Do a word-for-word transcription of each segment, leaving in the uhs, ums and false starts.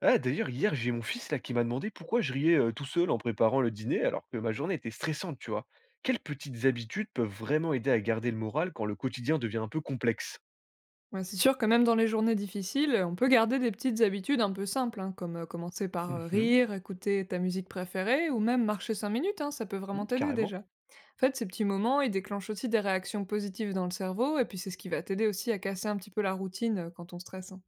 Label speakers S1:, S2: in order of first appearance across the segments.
S1: Ah, d'ailleurs, hier, j'ai mon fils là qui m'a demandé pourquoi je riais euh, tout seul en préparant le dîner alors que ma journée était stressante, tu vois. Quelles petites habitudes peuvent vraiment aider à garder le moral quand le quotidien devient un peu complexe?
S2: Ouais, c'est sûr que même dans les journées difficiles, on peut garder des petites habitudes un peu simples, hein, comme euh, commencer par euh,
S1: Mhm.
S2: rire, écouter ta musique préférée, ou même marcher cinq minutes, hein, ça peut vraiment
S1: Mhm,
S2: t'aider
S1: carrément.
S2: déjà. En fait, ces petits moments, ils déclenchent aussi des réactions positives dans le cerveau, et puis c'est ce qui va t'aider aussi à casser un petit peu la routine euh, quand on stresse, hein.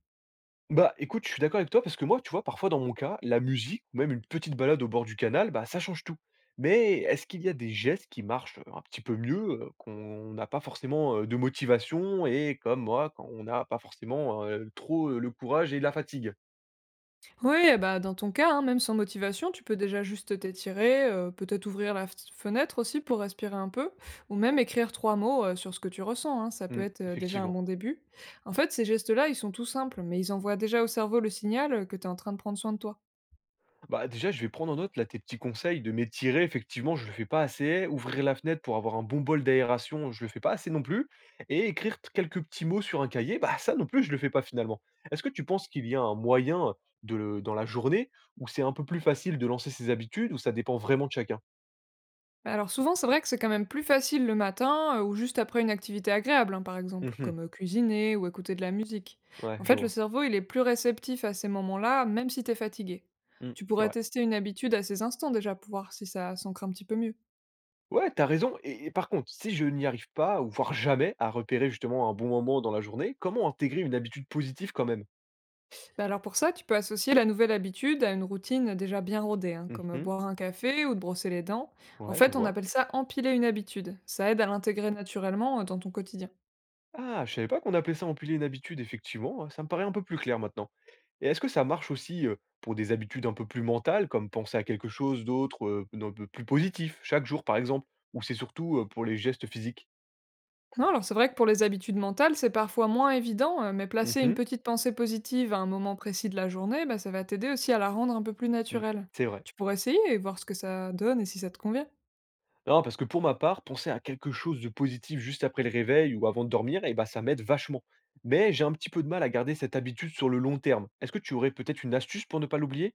S1: Bah écoute, je suis d'accord avec toi parce que moi, tu vois, parfois dans mon cas, la musique ou même une petite balade au bord du canal, bah ça change tout. Mais est-ce qu'il y a des gestes qui marchent euh, un petit peu mieux, euh, qu'on n'a pas forcément euh, de motivation et comme moi, quand on n'a pas forcément euh, trop euh, le courage et la fatigue?
S2: Oui, eh bah, dans ton cas, hein, même sans motivation, tu peux déjà juste t'étirer, heu, peut-être ouvrir la f fenêtre aussi pour respirer un peu, ou même écrire trois mots, heu, sur ce que tu ressens, hein, ça peut
S1: Mm,
S2: être, heu, déjà un
S1: effectivement.
S2: bon début. En fait, ces gestes-là, ils sont tout simples, mais ils envoient déjà au cerveau le signal, heu, que tu es en train de prendre soin de toi.
S1: Bah, déjà, je vais prendre en note là tes petits conseils de m'étirer. Effectivement, je le fais pas assez. Ouvrir la fenêtre pour avoir un bon bol d'aération, je le fais pas assez non plus. Et écrire t- quelques petits mots sur un cahier, bah ça non plus, je le fais pas finalement. Est-ce que tu penses qu'il y a un moyen de le- dans la journée où c'est un peu plus facile de lancer ses habitudes, ou ça dépend vraiment de chacun?
S2: Bah alors souvent, c'est vrai que c'est quand même plus facile le matin euh, ou juste après une activité agréable, hein, par exemple,
S1: Mhm.
S2: comme euh, cuisiner ou écouter de la musique.
S1: Ouais,
S2: En
S1: je
S2: fait, le
S1: vois.
S2: cerveau, il est plus réceptif à ces moments-là, même si t'es fatigué.
S1: Mm,
S2: Tu
S1: c'est
S2: pourrais
S1: vrai.
S2: tester une habitude à ces instants déjà pour voir si ça s'ancre un petit peu mieux.
S1: Ouais, t'as raison. Et, et par contre, si je n'y arrive pas ou voire jamais à repérer justement un bon moment dans la journée, comment intégrer une habitude positive quand même?
S2: Bah alors pour ça, tu peux associer la nouvelle habitude à une routine déjà bien rodée, hein, comme euh,
S1: Mhm.
S2: boire un café ou de brosser les dents. En
S1: Ouais, je
S2: fait, on
S1: vois.
S2: appelle ça empiler une habitude. Ça aide à l'intégrer naturellement euh, dans ton quotidien.
S1: Ah, je savais pas qu'on appelait ça empiler une habitude, effectivement. Hein, ça me paraît un peu plus clair maintenant. Et est-ce que ça marche aussi euh, pour des habitudes un peu plus mentales, comme penser à quelque chose d'autre, euh, d'un peu plus positif, chaque jour par exemple, ou c'est surtout euh, pour les gestes physiques?
S2: Non, alors c'est vrai que pour les habitudes mentales, c'est parfois moins évident, euh, mais placer une
S1: Mhm.
S2: petite pensée positive à un moment précis de la journée, bah, ça va t'aider aussi à la rendre un peu plus
S1: Mm,
S2: naturelle.
S1: c'est vrai.
S2: Tu pourrais essayer et voir ce que ça donne et si ça te convient.
S1: Non, parce que pour ma part, penser à quelque chose de positif juste après le réveil ou avant de dormir, eh ben, ça m'aide vachement. Mais j'ai un petit peu de mal à garder cette habitude sur le long terme. Est-ce que tu aurais peut-être une astuce pour ne pas l'oublier?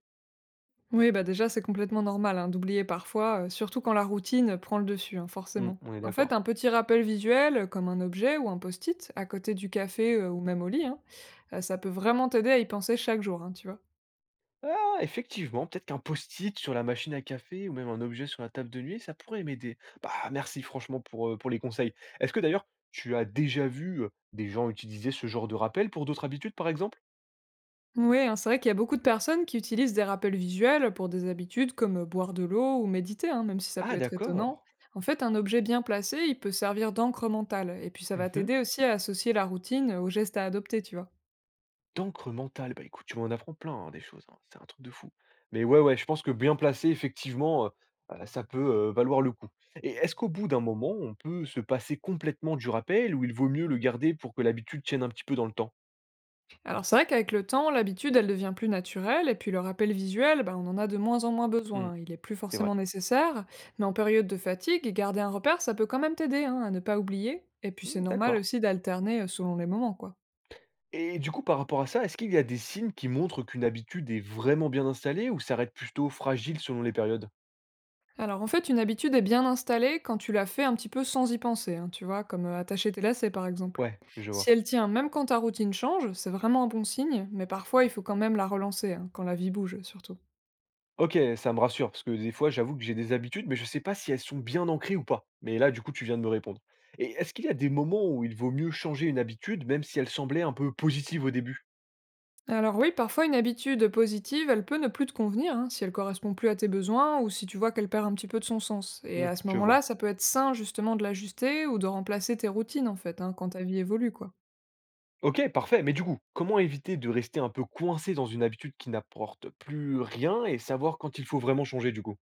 S2: Oui, bah déjà, c'est complètement normal hein, d'oublier parfois, euh, surtout quand la routine prend le dessus, hein,
S1: Mm,
S2: forcément.
S1: on est
S2: En fait, un
S1: d'accord.
S2: petit rappel visuel, euh, comme un objet ou un post-it, à côté du café euh, ou même au lit, hein, euh, ça peut vraiment t'aider à y penser chaque jour, hein, tu vois.
S1: Ah, effectivement, peut-être qu'un post-it sur la machine à café ou même un objet sur la table de nuit, ça pourrait m'aider. Bah, merci franchement pour, euh, pour les conseils. Est-ce que d'ailleurs, tu as déjà vu euh, des gens utiliser ce genre de rappel pour d'autres habitudes, par exemple?
S2: Oui, hein, c'est vrai qu'il y a beaucoup de personnes qui utilisent des rappels visuels pour des habitudes comme euh, boire de l'eau ou méditer, hein, même si ça peut
S1: Ah,
S2: être étonnant.
S1: d'accord.
S2: En fait, un objet bien placé, il peut servir d'encre mentale, et puis ça va
S1: Mhm.
S2: t'aider aussi à associer la routine aux gestes à adopter, tu vois.
S1: D'encre mentale, bah écoute, tu m'en apprends plein hein, des choses, hein, c'est un truc de fou. Mais ouais, ouais, je pense que bien placé, effectivement, euh, euh, ça peut euh, valoir le coup. Et est-ce qu'au bout d'un moment, on peut se passer complètement du rappel, ou il vaut mieux le garder pour que l'habitude tienne un petit peu dans le temps?
S2: Alors c'est vrai qu'avec le temps, l'habitude, elle devient plus naturelle, et puis le rappel visuel, bah, on en a de moins en moins
S1: Hmm.
S2: besoin, il est plus
S1: C'est vrai.
S2: forcément nécessaire, mais en période de fatigue, garder un repère, ça peut quand même t'aider hein, à ne pas oublier, et puis c'est
S1: Mmh,
S2: normal
S1: d'accord.
S2: aussi d'alterner euh, selon les moments, quoi.
S1: Et du coup, par rapport à ça, est-ce qu'il y a des signes qui montrent qu'une habitude est vraiment bien installée ou s'arrête plutôt fragile selon les périodes?
S2: Alors en fait, une habitude est bien installée quand tu la fais un petit peu sans y penser, hein, tu vois, comme euh, attacher tes lacets par exemple.
S1: Ouais, je
S2: Si
S1: vois.
S2: elle tient même quand ta routine change, c'est vraiment un bon signe, mais parfois il faut quand même la relancer, hein, quand la vie bouge surtout.
S1: Ok, ça me rassure parce que des fois, j'avoue que j'ai des habitudes, mais je sais pas si elles sont bien ancrées ou pas. Mais là, du coup, tu viens de me répondre. Et est-ce qu'il y a des moments où il vaut mieux changer une habitude, même si elle semblait un peu positive au début?
S2: Alors oui, parfois une habitude positive, elle peut ne plus te convenir, hein, si elle correspond plus à tes besoins ou si tu vois qu'elle perd un petit peu de son sens. Et
S1: Hmm,
S2: à ce
S1: je
S2: moment-là,
S1: vois.
S2: ça peut être sain justement de l'ajuster ou de remplacer tes routines en fait, hein, quand ta vie évolue quoi.
S1: Ok, parfait. Mais du coup, comment éviter de rester un peu coincé dans une habitude qui n'apporte plus rien et savoir quand il faut vraiment changer du coup?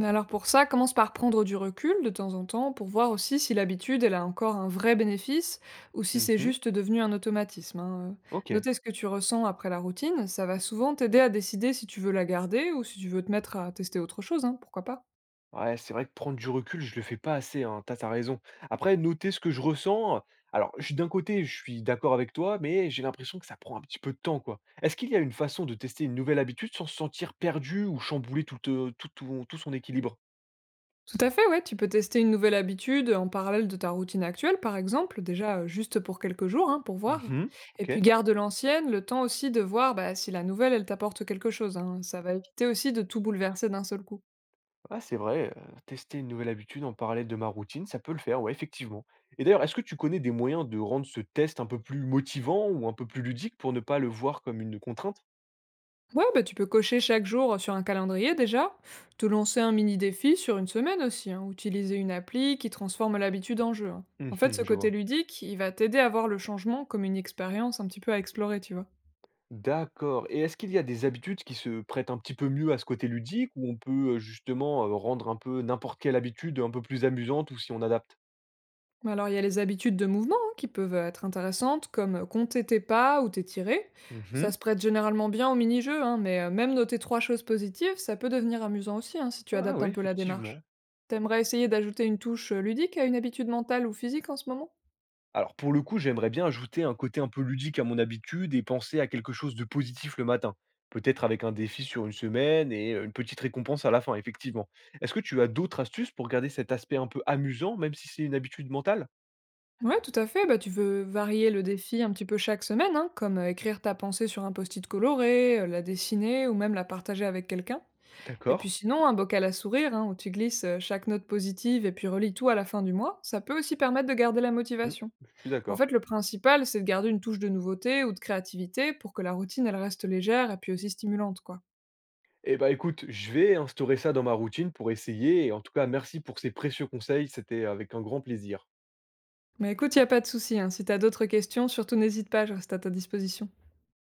S2: Alors pour ça, commence par prendre du recul de temps en temps pour voir aussi si l'habitude, elle a encore un vrai bénéfice ou si c'est
S1: Mhm,
S2: juste devenu un automatisme, hein.
S1: ok.
S2: Noter ce que tu ressens après la routine, ça va souvent t'aider à décider si tu veux la garder ou si tu veux te mettre à tester autre chose, hein, pourquoi pas.
S1: Ouais, c'est vrai que prendre du recul, je le fais pas assez, hein, tu as raison. Après, noter ce que je ressens, alors je suis d'un côté, je suis d'accord avec toi, mais j'ai l'impression que ça prend un petit peu de temps, quoi. Est-ce qu'il y a une façon de tester une nouvelle habitude sans se sentir perdu ou chambouler tout, euh, tout, ton- tout son équilibre?
S2: Tout à fait, ouais, tu peux tester une nouvelle habitude en parallèle de ta routine actuelle, par exemple, déjà euh, juste pour quelques jours, hein, pour voir.
S1: Mhm,
S2: Et puis
S1: ok.
S2: garde l'ancienne, le temps aussi de voir bah, si la nouvelle, elle t'apporte quelque chose, hein. Ça va éviter aussi de tout bouleverser d'un seul coup.
S1: Ah, c'est vrai, euh, tester une nouvelle habitude en parallèle de ma routine, ça peut le faire, ouais, effectivement. Et d'ailleurs, est-ce que tu connais des moyens de rendre ce test un peu plus motivant ou un peu plus ludique pour ne pas le voir comme une contrainte?
S2: Ouais, bah, tu peux cocher chaque jour sur un calendrier déjà, te lancer un mini défi sur une semaine aussi, hein, utiliser une appli qui transforme l'habitude en jeu, hein. En fait, ce
S1: Mhm, je
S2: côté
S1: vois.
S2: ludique, il va t'aider à voir le changement comme une expérience un petit peu à explorer, tu vois.
S1: D'accord. Et est-ce qu'il y a des habitudes qui se prêtent un petit peu mieux à ce côté ludique, où on peut, heu, justement, heu, rendre un peu n'importe quelle habitude un peu plus amusante, ou si on adapte?
S2: Mais Alors, il y a les habitudes de mouvement hein, qui peuvent être intéressantes, comme euh, compter tes pas ou t'étirer. Ça
S1: Mmh.
S2: se prête généralement bien au mini-jeu, hein, mais euh, même noter trois choses positives, ça peut devenir amusant aussi hein, si tu
S1: Ah
S2: adaptes
S1: oui,
S2: un peu la
S1: effectivement.
S2: démarche. T'aimerais essayer d'ajouter une touche euh, ludique à une habitude mentale ou physique en ce moment.
S1: Alors pour le coup, j'aimerais bien ajouter un côté un peu ludique à mon habitude et penser à quelque chose de positif le matin. Peut-être avec un défi sur une semaine et heu, une petite récompense à la fin, effectivement. Est-ce que tu as d'autres astuces pour garder cet aspect un peu amusant, même si c'est une habitude mentale?
S2: Ouais, tout à fait. Bah, tu veux varier le défi un petit peu chaque semaine, hein, comme euh, écrire ta pensée sur un post-it coloré, euh, la dessiner ou même la partager avec quelqu'un. Et
S1: D'accord.
S2: puis sinon, un bocal à sourire hein, où tu glisses euh, chaque note positive et puis relis tout à la fin du mois, ça peut aussi permettre de garder la
S1: Mmh.
S2: motivation.
S1: Je suis
S2: En fait,
S1: d'accord.
S2: le principal, c'est de garder une touche de nouveauté ou de créativité pour que la routine, elle reste légère et puis aussi stimulante, quoi.
S1: Eh ben, écoute, je vais instaurer ça dans ma routine pour essayer et en tout cas merci pour ces précieux conseils, c'était avec un grand plaisir.
S2: Mais écoute, y a pas de souci, hein. Si t'as d'autres questions, surtout n'hésite pas, je reste à ta disposition.